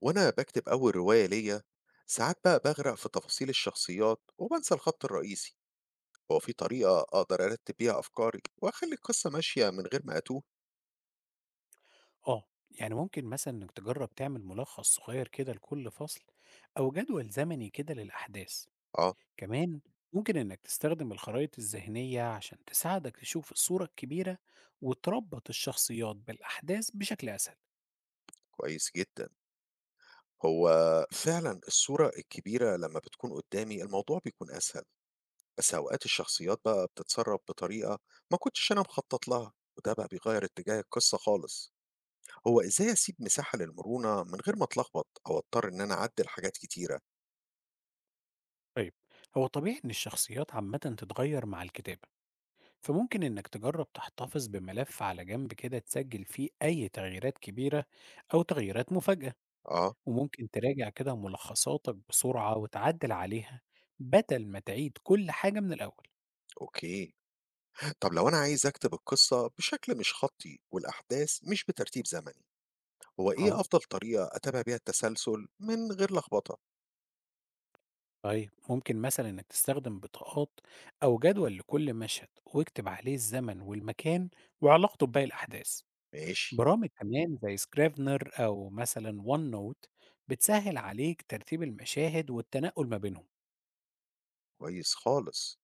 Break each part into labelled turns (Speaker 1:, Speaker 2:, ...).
Speaker 1: وأنا بكتب أول رواية ليا، ساعات بقى بغرق في تفاصيل الشخصيات وبنسى الخط الرئيسي. هو في طريقة أقدر أرتب بيها أفكاري وأخلي القصة ماشية من غير ما أتوه؟
Speaker 2: آه، يعني ممكن مثلًا إنك تجرّب تعمل ملخص صغير كده لكل فصل أو جدول زمني كده للأحداث،
Speaker 1: آه.
Speaker 2: كمان ممكن إنك تستخدم الخرائط الذهنية عشان تساعدك تشوف الصورة الكبيرة وتربط الشخصيات بالأحداث بشكل أسهل.
Speaker 1: كويس جدا. هو فعلا الصورة الكبيرة لما بتكون قدامي الموضوع بيكون أسهل، بس أوقات الشخصيات بقى بتتصرف بطريقة ما كنتش أنا مخطط لها، وده بقى بيغير اتجاه القصة خالص. هو إزاي أسيب مساحة للمرونة من غير ما أتلخبط أو أضطر إن أنا أعدل حاجات كتيرة؟
Speaker 2: طيب، هو طبيعي إن الشخصيات عامةً تتغير مع الكتابة، فممكن إنك تجرّب تحتفظ بملف على جنب كده تسجل فيه أي تغييرات كبيرة أو تغييرات مفاجئة.
Speaker 1: آه.
Speaker 2: وممكن تراجع كده ملخصاتك بسرعة وتعدل عليها بدل ما تعيد كل حاجة من الأول.
Speaker 1: أوكي. طب لو أنا عايز أكتب القصة بشكل مش خطي والأحداث مش بترتيب زمني، هو إيه
Speaker 2: اه،
Speaker 1: أفضل طريقة أتابع بيها التسلسل من غير لخبطة؟
Speaker 2: طيب ممكن مثلا انك تستخدم بطاقات او جدول لكل مشهد واكتب عليه الزمن والمكان وعلاقته بباقي الاحداث.
Speaker 1: ماشي.
Speaker 2: برامج كمان زي سكريفنر او مثلا ون نوت بتسهل عليك ترتيب المشاهد والتنقل ما بينهم.
Speaker 1: كويس خالص.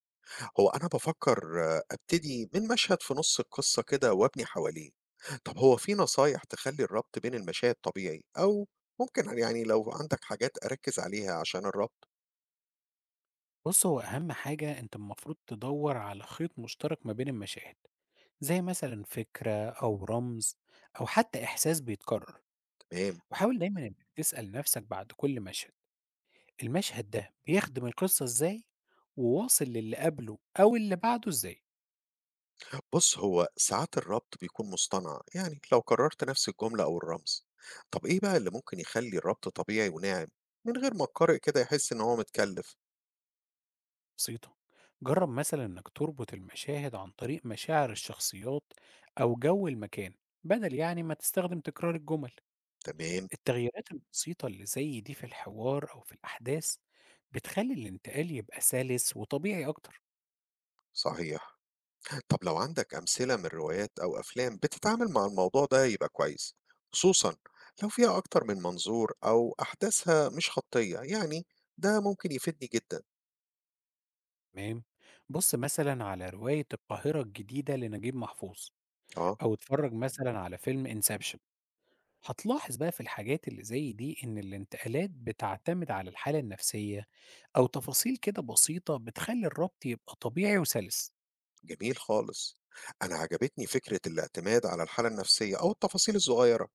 Speaker 1: هو أنا بفكر أبتدي من مشهد في نص القصة كده وأبني حواليه. طب هو في نصايح تخلي الربط بين المشاهد طبيعي، أو ممكن يعني لو عندك حاجات أركز عليها عشان الربط؟
Speaker 2: بص، هو اهم حاجة انت المفروض تدور على خيط مشترك ما بين المشاهد، زي مثلا فكرة أو رمز أو حتى إحساس بيتكرر.
Speaker 1: تمام.
Speaker 2: وحاول دايما إنك تسأل نفسك بعد كل مشهد، المشهد ده بيخدم القصة إزاي، وواصل للي قبله أو اللي بعده إزاي.
Speaker 1: بُص، هو ساعات الربط بيكون مصطنع، يعني لو كررت نفس الجملة أو الرمز. طب إيه بقى اللي ممكن يخلّي الربط طبيعي وناعم، من غير ما القارئ كده يحس إن هو متكلف؟
Speaker 2: بسيطة، جرب مثلا إنك تربط المشاهد عن طريق مشاعر الشخصيات أو جو المكان بدل يعني ما تستخدم تكرار الجمل.
Speaker 1: تمام.
Speaker 2: التغييرات البسيطة اللي زي دي في الحوار أو في الأحداث بتخلي الانتقال يبقى سلس وطبيعي أكتر.
Speaker 1: صحيح. طب لو عندك أمثلة من روايات أو أفلام بتتعامل مع الموضوع ده يبقى كويس، خصوصًا لو فيها أكتر من منظور أو أحداثها مش خطية، يعني ده ممكن يفيدني جدًا.
Speaker 2: تمام. بُص مثلًا على رواية القاهرة الجديدة لنجيب محفوظ،
Speaker 1: آه.
Speaker 2: أو اتفرج مثلًا على فيلم Inception، هتلاحظ بقى في الحاجات اللي زي دي إن الانتقالات بتعتمد على الحالة النفسية أو تفاصيل كده بسيطة بتخلّي الربط يبقى طبيعي وسلس.
Speaker 1: جميل خالص. أنا عجبتني فكرة الاعتماد على الحالة النفسية أو التفاصيل الصغيرة،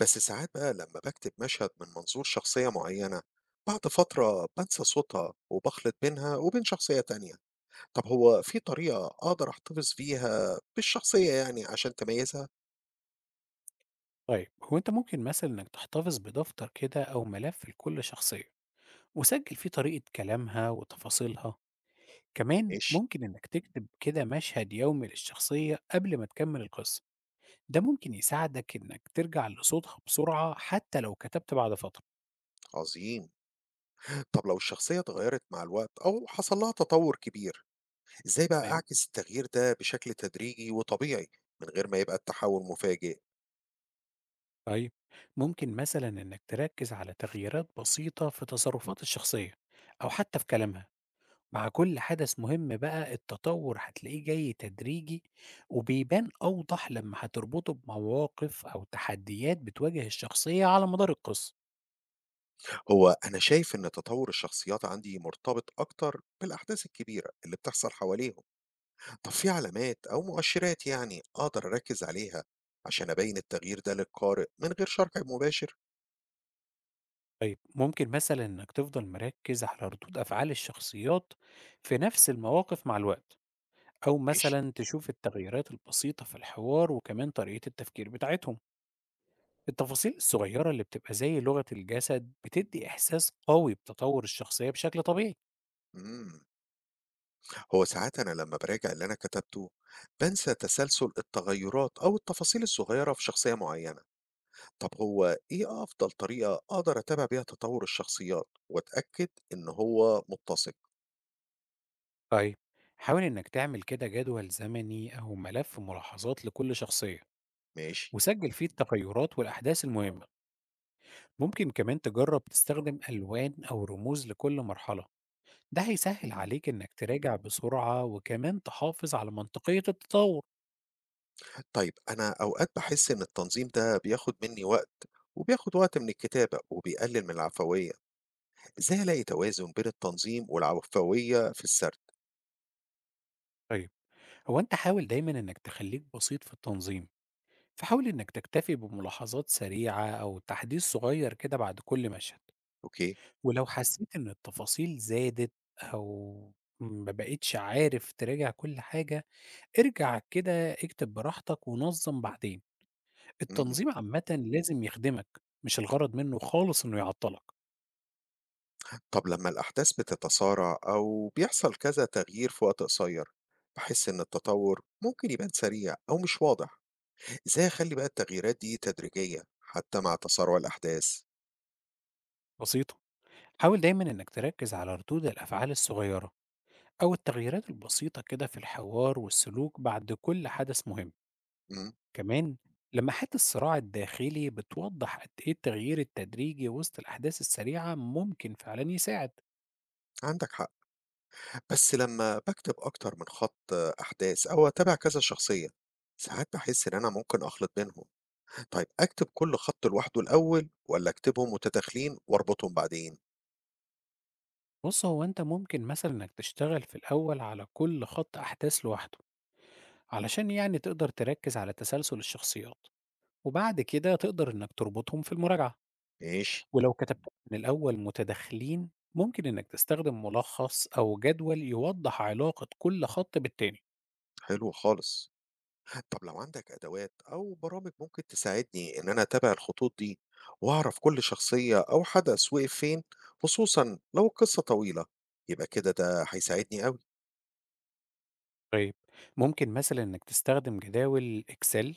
Speaker 1: بس ساعات بقى لما بكتب مشهد من منظور شخصية معينة بعد فترة بنسى صوتها وبخلط بينها وبين شخصية تانية. طب هو في طريقة أقدر أحتفظ بيها بالشخصية يعني عشان تميزها؟
Speaker 2: طيب، هو أنت ممكن مثلًا إنك تحتفظ بدفتر كده أو ملف لكل شخصية، وسجل فيه طريقة كلامها وتفاصيلها، كمان
Speaker 1: ماشي.
Speaker 2: ممكن إنك تكتب كده مشهد يومي للشخصية قبل ما تكمل القصة. ده ممكن يساعدك إنك ترجع لصوتها بسرعة حتى لو كتبت بعد فترة.
Speaker 1: عظيم. طب لو الشخصية اتغيرت مع الوقت أو حصل لها تطور كبير، إزاي بقى
Speaker 2: تمام،
Speaker 1: أعكس التغيير ده بشكل تدريجي وطبيعي من غير ما يبقى التحول مفاجئ؟
Speaker 2: طيب ممكن مثلا إنك تركز على تغييرات بسيطة في تصرفات الشخصية أو حتى في كلامها، مع كل حدث مهم بقى التطور هتلاقيه جاي تدريجي، وبيبان أوضح لما هتربطه بمواقف أو تحديات بتواجه الشخصية على مدار القصة.
Speaker 1: هو أنا شايف إن تطور الشخصيات عندي مرتبط أكتر بالأحداث الكبيرة اللي بتحصل حواليهم. طب في علامات أو مؤشرات يعني أقدر أركز عليها عشان أبين التغيير ده للقارئ من غير شرح مباشر؟
Speaker 2: طيب ممكن مثلا إنك تفضل مركز على ردود أفعال الشخصيات في نفس المواقف مع الوقت، أو
Speaker 1: ماشي.
Speaker 2: مثلا تشوف التغييرات البسيطة في الحوار وكمان طريقة التفكير بتاعتهم. التفاصيل الصغيرة اللي بتبقى زي لغة الجسد بتدي إحساس قوي بتطور الشخصية بشكل طبيعي.
Speaker 1: مم. هو ساعات أنا لما براجع اللي أنا كتبته بنسى تسلسل التغيرات أو التفاصيل الصغيرة في شخصية معينة. طب هو إيه أفضل طريقة أقدر أتابع بيها تطور الشخصيات وأتأكد إن هو متسق؟
Speaker 2: طيب، حاول إنك تعمل كده جدول زمني أو ملف ملاحظات لكل شخصية،
Speaker 1: ماشي.
Speaker 2: وسجل فيه التغيرات والأحداث المهمة. ممكن كمان تجرب تستخدم ألوان أو رموز لكل مرحلة، ده هيسهل
Speaker 1: مم.
Speaker 2: عليك إنك تراجع بسرعة وكمان تحافظ على منطقية التطور.
Speaker 1: طيب أنا أوقات بحس إن التنظيم ده بياخد مني وقت وبياخد وقت من الكتابة وبيقلل من العفوية. إزاي ألاقي توازن بين التنظيم والعفوية في السرد؟
Speaker 2: طيب، هو أنت حاول دايما إنك تخليك بسيط في التنظيم، فحاول إنك تكتفي بملاحظات سريعة أو تحديث صغير كده بعد كل مشهد.
Speaker 1: أوكي.
Speaker 2: ولو حسيت إن التفاصيل زادت أو ما بقتش عارف تراجع كل حاجة، ارجع كده اكتب براحتك ونظم بعدين.
Speaker 1: إمم.
Speaker 2: التنظيم عامة لازم يخدمك، مش الغرض منه خالص إنه يعطلك.
Speaker 1: طب لمّا الأحداث بتتسارع أو بيحصل كذا تغيير في وقت قصير، باحس إن التطور ممكن يبان سريع أو مش واضح. إزاي أخلّي بقى التغييرات دي تدريجية حتى مع تسارع الأحداث؟
Speaker 2: بسيطة، حاول دايما إنك تركز على ردود الأفعال الصغيرة أو التغييرات البسيطة كده في الحوار والسلوك بعد كل حدث مهم.
Speaker 1: إمم،
Speaker 2: كمان، لمحات الصراع الداخلي بتوضح قد إيه التغيير التدريجي وسط الأحداث السريعة، ممكن فعلا يساعد.
Speaker 1: عندك حق. بس لمّا باكتب أكتر من خط أحداث أو أتابع كذا شخصية، ساعات باحس إن أنا ممكن أخلط بينهم. طيب أكتب كل خط لوحده الأول والّا أكتبهم متداخلين وأربطهم بعدين؟
Speaker 2: بص، هو أنت ممكن مثلا إنك تشتغل في الأول على كل خط أحداث لوحده، علشان يعني تقدر تركز على تسلسل الشخصيات، وبعد كده تقدر إنك تربطهم في المراجعة.
Speaker 1: ماشي.
Speaker 2: ولو كتبت من الأول متداخلين، ممكن إنك تستخدم ملخص أو جدول يوضح علاقة كل خط بالتاني.
Speaker 1: حلو خالص. آه، طب لو عندك أدوات أو برامج ممكن تساعدني إن أنا أتابع الخطوط دي وأعرف كل شخصية أو حدث وقف فين، خصوصا لو القصة طويلة يبقى كده ده هيساعدني أوي.
Speaker 2: طيب، ممكن مثلا إنك تستخدم جداول إكسل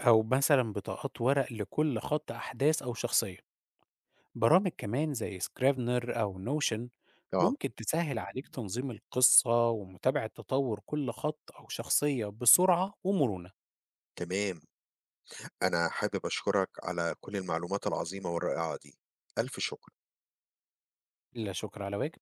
Speaker 2: أو مثلا بطاقات ورق لكل خط أحداث أو شخصية. برامج كمان زي سكرافنر أو نوشن
Speaker 1: آه.
Speaker 2: ممكن تسهل عليك تنظيم القصة ومتابعة تطور كل خط أو شخصية بسرعة ومرونة.
Speaker 1: تمام. أنا حابب أشكرك على كل المعلومات العظيمة والرائعة دي. ألف شكر.
Speaker 2: لا شكر على واجب.